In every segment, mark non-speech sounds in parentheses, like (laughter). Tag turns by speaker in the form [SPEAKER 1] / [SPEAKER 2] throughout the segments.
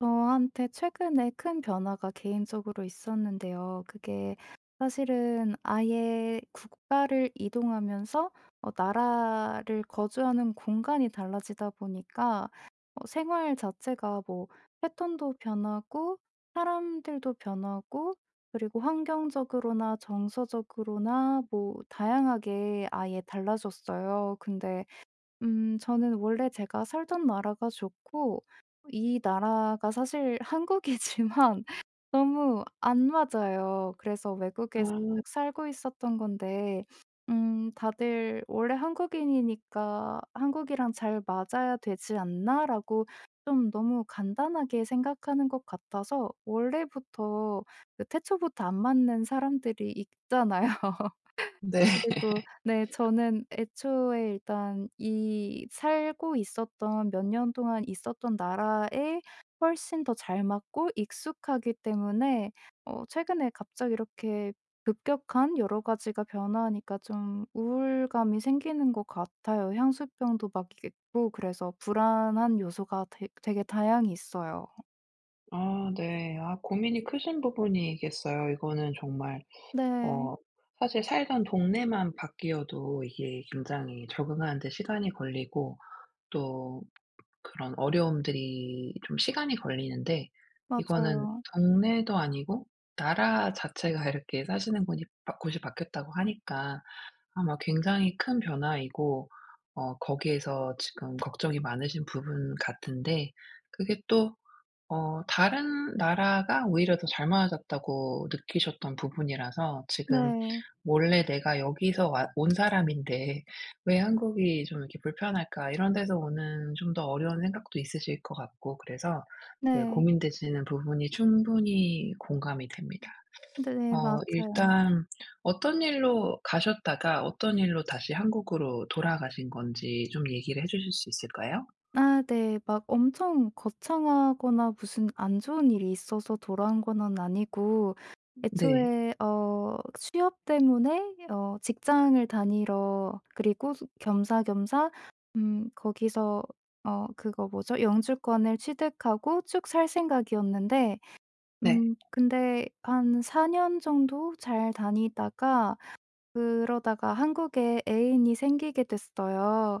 [SPEAKER 1] 저한테 최근에 큰 변화가 개인적으로 있었는데요. 그게 사실은 아예 국가를 이동하면서 나라를 거주하는 공간이 달라지다 보니까 생활 자체가 뭐 패턴도 변하고 사람들도 변하고, 그리고 환경적으로나 정서적으로나 뭐 다양하게 아예 달라졌어요. 근데 저는 원래 제가 살던 나라가 좋고, 이 나라가 사실 한국이지만 (laughs) 너무 안 맞아요. 그래서
[SPEAKER 2] 아
[SPEAKER 1] 외국에서 쭉 살고 있었던 건데, '다들 원래 한국인이니까 한국이랑 잘 맞아야 되지 않나?'라고 좀 너무 간단하게 생각하는 것 같아서, 원래부터 그 태초부터 안 맞는 사람들이 있잖아요.
[SPEAKER 2] 네.
[SPEAKER 1] 그리고
[SPEAKER 2] (laughs)
[SPEAKER 1] 네, 저는 애초에 일단 이 살고 있었던 몇 년 동안 있었던 나라에 훨씬 더 잘 맞고 익숙하기 때문에, 최근에 갑자기 이렇게 급격한 여러 가지가 변화하니까 좀 우울감이 생기는 것 같아요. 향수병도 막 있고, 그래서 불안한 요소가 되 되게 다양히 있어요.
[SPEAKER 2] 아 네. 아, 고민이 크신 부분이겠어요. 이거는 정말,
[SPEAKER 1] 네.
[SPEAKER 2] 어 사실 살던 동네만 바뀌어도 이게 굉장히 적응하는 데 시간이 걸리고, 또 그런 어려움들이 좀 시간이 걸리는데, 이거는
[SPEAKER 1] 맞아요.
[SPEAKER 2] 동네도 아니고 나라 자체가 이렇게 사시는 곳이 바뀌었다고 하니까, 아마 굉장히 큰 변화이고, 거기에서 지금 걱정이 많으신 부분 같은데, 그게 또 다른 나라가 오히려 더 잘 맞았다고 느끼셨던 부분이라서, 지금
[SPEAKER 1] 네.
[SPEAKER 2] 원래 '내가 여기서 와 온 사람인데 왜 한국이 좀 이렇게 불편할까?' 이런 데서 오는 좀 더 어려운 생각도 있으실 것 같고, 그래서 그
[SPEAKER 1] 네.
[SPEAKER 2] 고민되시는 부분이 충분히 공감이 됩니다.
[SPEAKER 1] 네네. 맞아요.
[SPEAKER 2] 일단, 어떤 일로 가셨다가 어떤 일로 다시 한국으로 돌아가신 건지 좀 얘기를 해 주실 수 있을까요?
[SPEAKER 1] 아 네. 막 엄청 거창하거나 무슨 안 좋은 일이 있어서 돌아온 거는 아니고,
[SPEAKER 2] 네.
[SPEAKER 1] 애초에 취업 때문에 직장을 다니러, 그리고 겸사겸사 거기서 그거 뭐죠? 영주권을 취득하고 쭉 살 생각이었는데,
[SPEAKER 2] 네.
[SPEAKER 1] 근데 한 4년 정도 잘 다니다가, 그러다가 한국에 애인이 생기게 됐어요.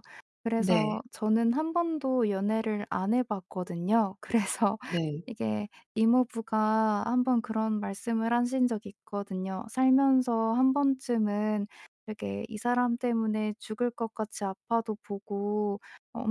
[SPEAKER 2] 네.
[SPEAKER 1] 그래서 저는 한 번도 연애를 안 해 봤거든요. 그래서 (laughs)
[SPEAKER 2] 네.
[SPEAKER 1] 이게, 이모부가 한 번 그런 말씀을 하신 적이 있거든요. "살면서 한 번쯤은 되게 이 사람 때문에 죽을 것 같이 아파도 보고,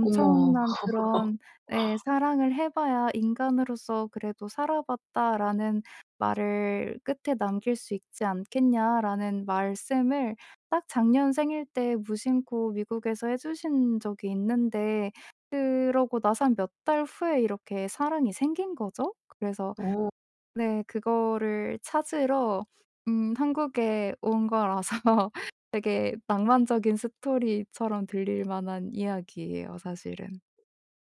[SPEAKER 2] 어머.
[SPEAKER 1] 그런, 네, 사랑을 해 봐야 인간으로서 그래도 살아봤다."라는 말을 끝에 남길 수 있지 않겠냐.'라는 말씀을 딱 작년 생일 때 무심코 미국에서 해 주신 적이 있는데, 그러고 나서 한 몇 달 후에 이렇게 사랑이 생긴 거죠. 그래서
[SPEAKER 2] 어.
[SPEAKER 1] 네, 그거를 찾으러 한국에 온 거라서 (laughs) 되게 낭만적인 스토리처럼 들릴 만한 이야기예요, 사실은.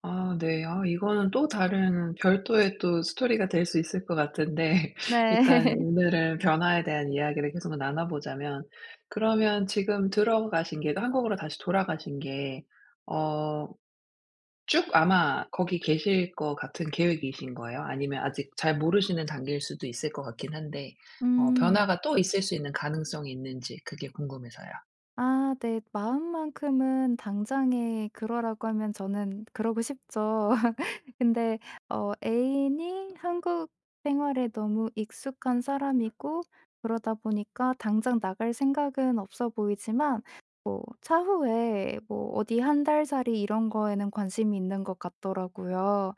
[SPEAKER 2] 아 네. 아, 이거는 또 다른 별도의 또 스토리가 될 수 있을 것 같은데, (laughs)
[SPEAKER 1] 네.
[SPEAKER 2] 일단
[SPEAKER 1] (laughs)
[SPEAKER 2] 오늘은 변화에 대한 이야기를 계속 나눠 보자면, 그러면 지금 들어가신 게, 한국으로 다시 돌아가신 게 어 쭉 아마 거기 계실 것 같은 계획이신 거예요? 아니면 아직 잘 모르시는 단계일 수도 있을 것 같긴 한데,
[SPEAKER 1] 음.
[SPEAKER 2] 변화가 또 있을 수 있는 가능성이 있는지, 그게 궁금해서요.
[SPEAKER 1] 아 네. 마음만큼은 당장에 그러라고 하면 저는 그러고 싶죠. (laughs) 근데 애인이 한국 생활에 너무 익숙한 사람이고, 그러다 보니까 당장 나갈 생각은 없어 보이지만, 뭐 차후에 뭐 어디 한 달 살이 이런 거에는 관심이 있는 것 같더라고요.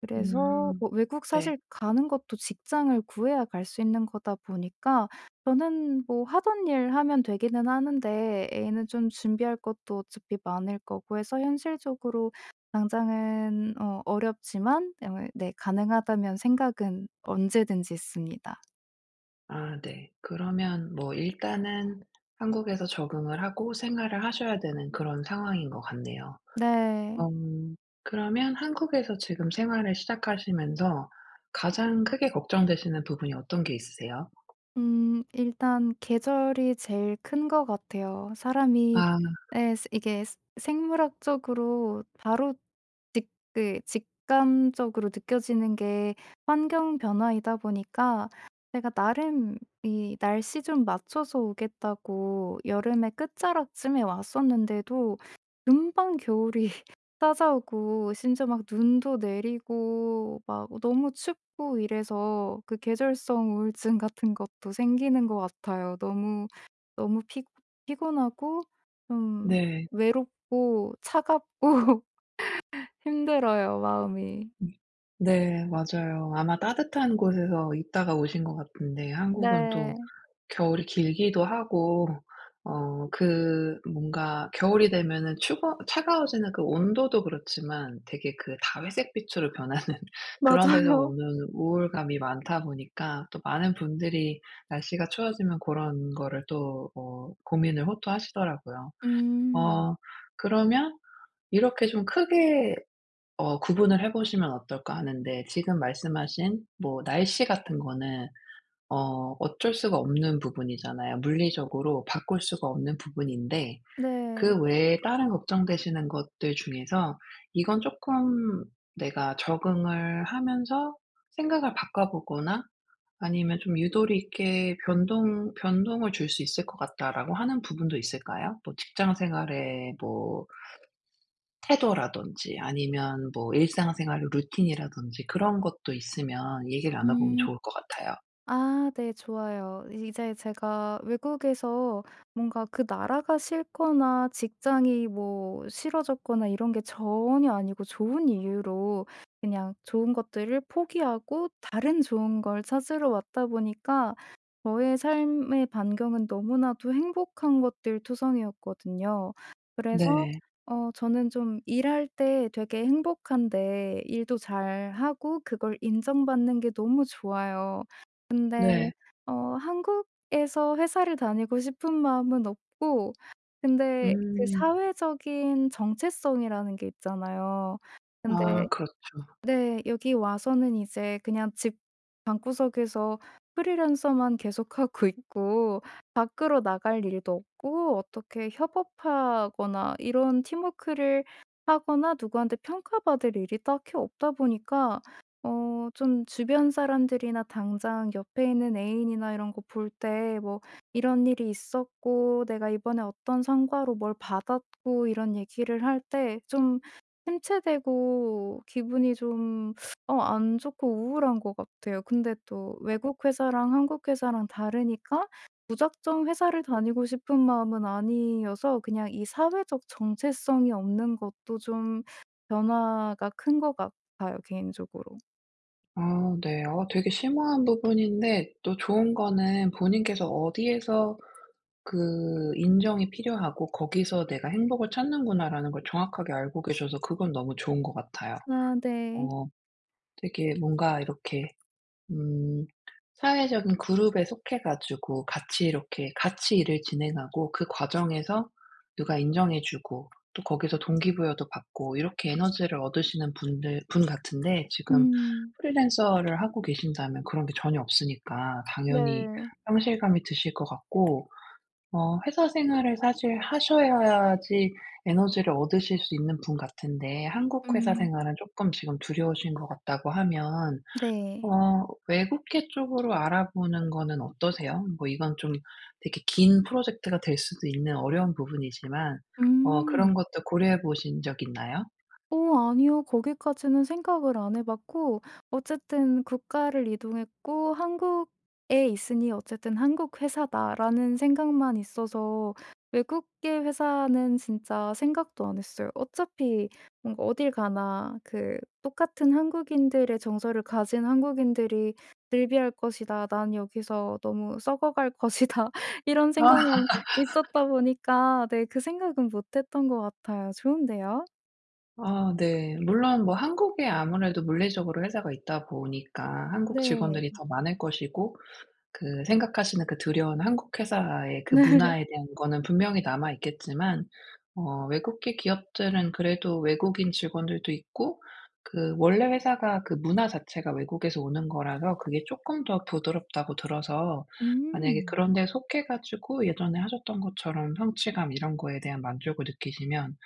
[SPEAKER 1] 그래서
[SPEAKER 2] 음.
[SPEAKER 1] 뭐 외국
[SPEAKER 2] 네.
[SPEAKER 1] 사실 가는 것도 직장을 구해야 갈 수 있는 거다 보니까, 저는 뭐 하던 일 하면 되기는 하는데 애는 좀 준비할 것도 어차피 많을 거고 해서, 현실적으로 당장은 어렵지만, 네, 가능하다면 생각은 언제든지 있습니다.
[SPEAKER 2] 아 네. 그러면 뭐 일단은 한국에서 적응을 하고 생활을 하셔야 되는 그런 상황인 것 같네요.
[SPEAKER 1] 네.
[SPEAKER 2] 음 그러면 한국에서 지금 생활을 시작하시면서 가장 크게 걱정되시는 부분이 어떤 게 있으세요?
[SPEAKER 1] 일단 계절이 제일 큰 것 같아요. 사람이
[SPEAKER 2] 아
[SPEAKER 1] 이게 생물학적으로 바로 직 그 직감적으로 느껴지는 게 환경 변화이다 보니까, 제가 나름 이 날씨 좀 맞춰서 오겠다고 여름의 끝자락쯤에 왔었는데도 금방 겨울이 찾아오고 심지어 막 눈도 내리고 막 너무 춥고, 이래서 그 계절성 우울증 같은 것도 생기는 것 같아요. 너무, 너무 피 피곤하고 좀
[SPEAKER 2] 네.
[SPEAKER 1] 외롭고 차갑고 (laughs) 힘들어요, 마음이.
[SPEAKER 2] 네, 맞아요. 아마 따뜻한 곳에서 있다가 오신 것 같은데, 한국은 또
[SPEAKER 1] 네.
[SPEAKER 2] 겨울이 길기도 하고, 그 뭔가 겨울이 되면은 추거 차가워지는 그 온도도 그렇지만, 되게 그 다회색 빛으로 변하는, (laughs) 그런 데서
[SPEAKER 1] 맞아요.
[SPEAKER 2] 오는 우울감이 많다 보니까, 또 많은 분들이 날씨가 추워지면 고런 거를 또 고민을 호소하시더라고요.
[SPEAKER 1] 음.
[SPEAKER 2] 어 그러면 이렇게 좀 크게 구분을 해 보시면 어떨까 하는데, 지금 말씀하신 뭐 날씨 같은 거는 어쩔 수가 없는 부분이잖아요. 물리적으로 바꿀 수가 없는 부분인데,
[SPEAKER 1] 네.
[SPEAKER 2] 그 외에 다른 걱정되시는 것들 중에서 이건 조금 내가 적응을 하면서 생각을 바꿔보거나, 아니면 좀 유도리 있게 변동을 줄 수 있을 것 같다라고 하는 부분도 있을까요? 뭐 직장 생활의 뭐 태도라든지, 아니면 뭐 일상생활의 루틴이라든지, 그런 것도 있으면 얘기를 나눠보면
[SPEAKER 1] 음.
[SPEAKER 2] 좋을 것 같아요.
[SPEAKER 1] 아 네, 좋아요. 이제 제가 외국에서 뭔가 그 나라가 싫거나 직장이 뭐 싫어졌거나 이런 게 전혀 아니고 좋은 이유로 그냥 좋은 것들을 포기하고 다른 좋은 걸 찾으러 왔다 보니까 저의 삶의 반경은 너무나도 행복한 것들 투성이었거든요. 그래서
[SPEAKER 2] 네.
[SPEAKER 1] 저는 좀 일할 때 되게 행복한데, 일도 잘하고 그걸 인정받는 게 너무 좋아요. 근데
[SPEAKER 2] 네.
[SPEAKER 1] 한국에서 회사를 다니고 싶은 마음은 없고, 근데 그
[SPEAKER 2] 음.
[SPEAKER 1] 사회적인 정체성이라는 게 있잖아요. 근데
[SPEAKER 2] 아 그렇죠.
[SPEAKER 1] 네. 여기 와서는 이제 그냥 집 방구석에서 프리랜서만 계속하고 있고, 밖으로 나갈 일도 없고, 어떻게 협업하거나 이런 팀워크를 하거나 누구한테 평가받을 일이 딱히 없다 보니까 좀 주변 사람들이나 당장 옆에 있는 애인이나 이런 거 볼 때 뭐 "이런 일이 있었고 내가 이번에 어떤 성과로 뭘 받았고." 이런 얘기를 할때좀 침체되고 기분이 좀 안 좋고 우울한 것 같아요. 근데 또 외국 회사랑 한국 회사랑 다르니까 무작정 회사를 다니고 싶은 마음은 아니어서, 그냥 이 사회적 정체성이 없는 것도 좀 변화가 큰 것 같아요, 개인적으로.
[SPEAKER 2] 아 네. 되게 심오한 부분인데, 또 좋은 거는 본인께서 어디에서 그 인정이 필요하고 '거기서 내가 행복을 찾는구나.'라는 걸 정확하게 알고 계셔서, 그건 너무 좋은 것 같아요.
[SPEAKER 1] 아 네.
[SPEAKER 2] 어 되게 뭔가 이렇게 음. 사회적인 그룹에 속해 가지고 같이 이렇게 같이 일을 진행하고, 그 과정에서 누가 인정해 주고 또 거기서 동기부여도 받고 이렇게 에너지를 얻으시는 분들 분 같은데, 지금
[SPEAKER 1] 음.
[SPEAKER 2] 프리랜서를 하고 계신다면 그런 게 전혀 없으니까 당연히
[SPEAKER 1] 네.
[SPEAKER 2] 상실감이 드실 것 같고, 회사 생활을 사실 하셔야지 에너지를 얻으실 수 있는 분 같은데, 한국 회사
[SPEAKER 1] 음.
[SPEAKER 2] 생활은 조금 지금 두려우신 것 같다고 하면,
[SPEAKER 1] 네.
[SPEAKER 2] 외국계 쪽으로 알아보는 거는 어떠세요? 뭐 이건 좀 되게 긴 프로젝트가 될 수도 있는 어려운 부분이지만, 그런
[SPEAKER 1] 음.
[SPEAKER 2] 것도 고려해 보신 적 있나요?
[SPEAKER 1] 오 아니요. 거기까지는 생각을 안 해 봤고, 어쨌든 국가를 이동했고 '한국에 있으니 어쨌든 한국 회사다.'라는 생각만 있어서 외국계 회사는 진짜 생각도 안 했어요. 어차피 뭔가 어딜 가나 그 '똑같은 한국인들의 정서를 가진 한국인들이 늘비할 것이다. 난 여기서 너무 썩어갈 것이다.' (laughs) 이런 생각만
[SPEAKER 2] 아.
[SPEAKER 1] 있었다 보니까 네, 그 생각은 못 했던 것 같아요. 좋은데요?
[SPEAKER 2] 아 네. 물론 뭐 한국에 아무래도 물리적으로 회사가 있다 보니까 한국
[SPEAKER 1] 네.
[SPEAKER 2] 직원들이 더 많을 것이고, 그 생각하시는 그 두려운 한국 회사의 그
[SPEAKER 1] 네.
[SPEAKER 2] 문화에 대한 거는 분명히 남아 있겠지만, 외국계 기업들은 그래도 외국인 직원들도 있고, 그 원래 회사가 그 문화 자체가 외국에서 오는 거라서 그게 쪼끔 더 부드럽다고 들어서, 만약에
[SPEAKER 1] 음.
[SPEAKER 2] 그런 데 속해 가지고 예전에 하셨던 것처럼 성취감 이런 거에 대한 만족을 느끼시면,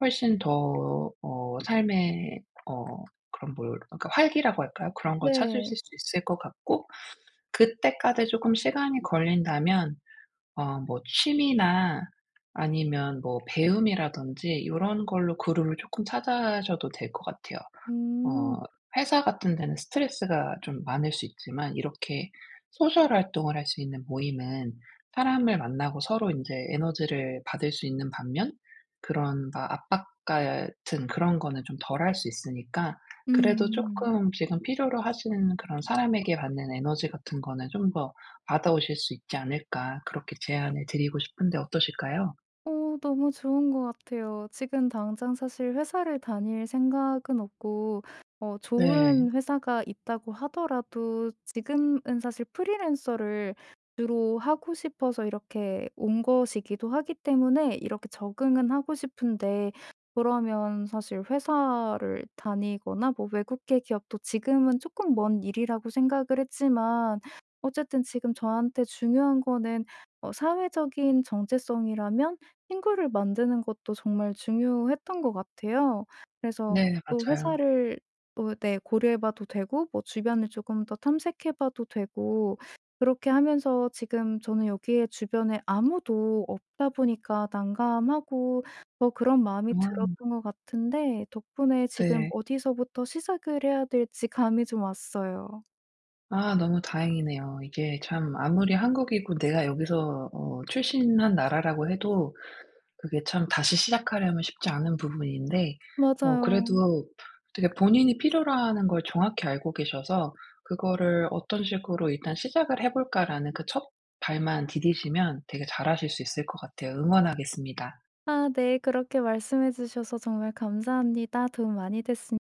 [SPEAKER 2] 훨씬 더 삶의 그런 뭘, 그러니까 활기라고 할까요? 그런 걸 찾으실
[SPEAKER 1] 네.
[SPEAKER 2] 수 있을 것 같고, 그때까지 조금 시간이 걸린다면 뭐 취미나, 아니면 뭐 배움이라든지 요런 걸로 그룹을 조금 찾아셔도 될 것 같아요.
[SPEAKER 1] 음.
[SPEAKER 2] 어 회사 같은 데는 스트레스가 좀 많을 수 있지만, 이렇게 소셜 활동을 할 수 있는 모임은 사람을 만나고 서로 이제 에너지를 받을 수 있는 반면, 그런 막 압박 같은 그런 거는 좀 덜 할 수 있으니까, 그래도
[SPEAKER 1] 음.
[SPEAKER 2] 조금 지금 필요로 하시는 그런 사람에게 받는 에너지 같은 거는 좀 더 받아오실 수 있지 않을까, 그렇게 제안을 드리고 싶은데 어떠실까요?
[SPEAKER 1] 너무 좋은 것 같아요. 지금 당장 사실 회사를 다닐 생각은 없고,
[SPEAKER 2] 네.
[SPEAKER 1] 좋은 회사가 있다고 하더라도 지금은 사실 프리랜서를 주로 하고 싶어서 이렇게 온 것이기도 하기 때문에 이렇게 적응은 하고 싶은데, 그러면 사실 회사를 다니거나 뭐 외국계 기업도 지금은 조금 먼 일이라고 생각을 했지만, 어쨌든 지금 저한테 중요한 거는 사회적인 정체성이라면 친구를 만드는 것도 정말 중요했던 것 같아요. 그래서
[SPEAKER 2] 네,
[SPEAKER 1] 또
[SPEAKER 2] 맞아요.
[SPEAKER 1] 회사를 또 네 고려해 봐도 되고 뭐 주변을 조금 더 탐색해 봐도 되고, 그렇게 하면서 지금 저는 여기에 주변에 아무도 없다 보니까 난감하고 더 그런 마음이
[SPEAKER 2] 아
[SPEAKER 1] 들었던 것 같은데, 덕분에 지금
[SPEAKER 2] 네.
[SPEAKER 1] 어디서부터 시작을 해야 될지 감이 좀 왔어요.
[SPEAKER 2] 아 너무 다행이네요. 이게 참 아무리 한국이고 내가 여기서 출신한 나라라고 해도, 그게 참 다시 시작하려면 쉽지 않은 부분인데,
[SPEAKER 1] 맞아요.
[SPEAKER 2] 그래도 되게 본인이 필요로 하는 걸 정확히 알고 계셔서, 그거를 '어떤 식으로 일단 시작을 해 볼까.'라는 그 첫 발만 디디시면 되게 잘하실 수 있을 것 같아요. 응원하겠습니다.
[SPEAKER 1] 아 네. 그렇게 말씀해 주셔서 정말 감사합니다. 도움 많이 됐습 니다.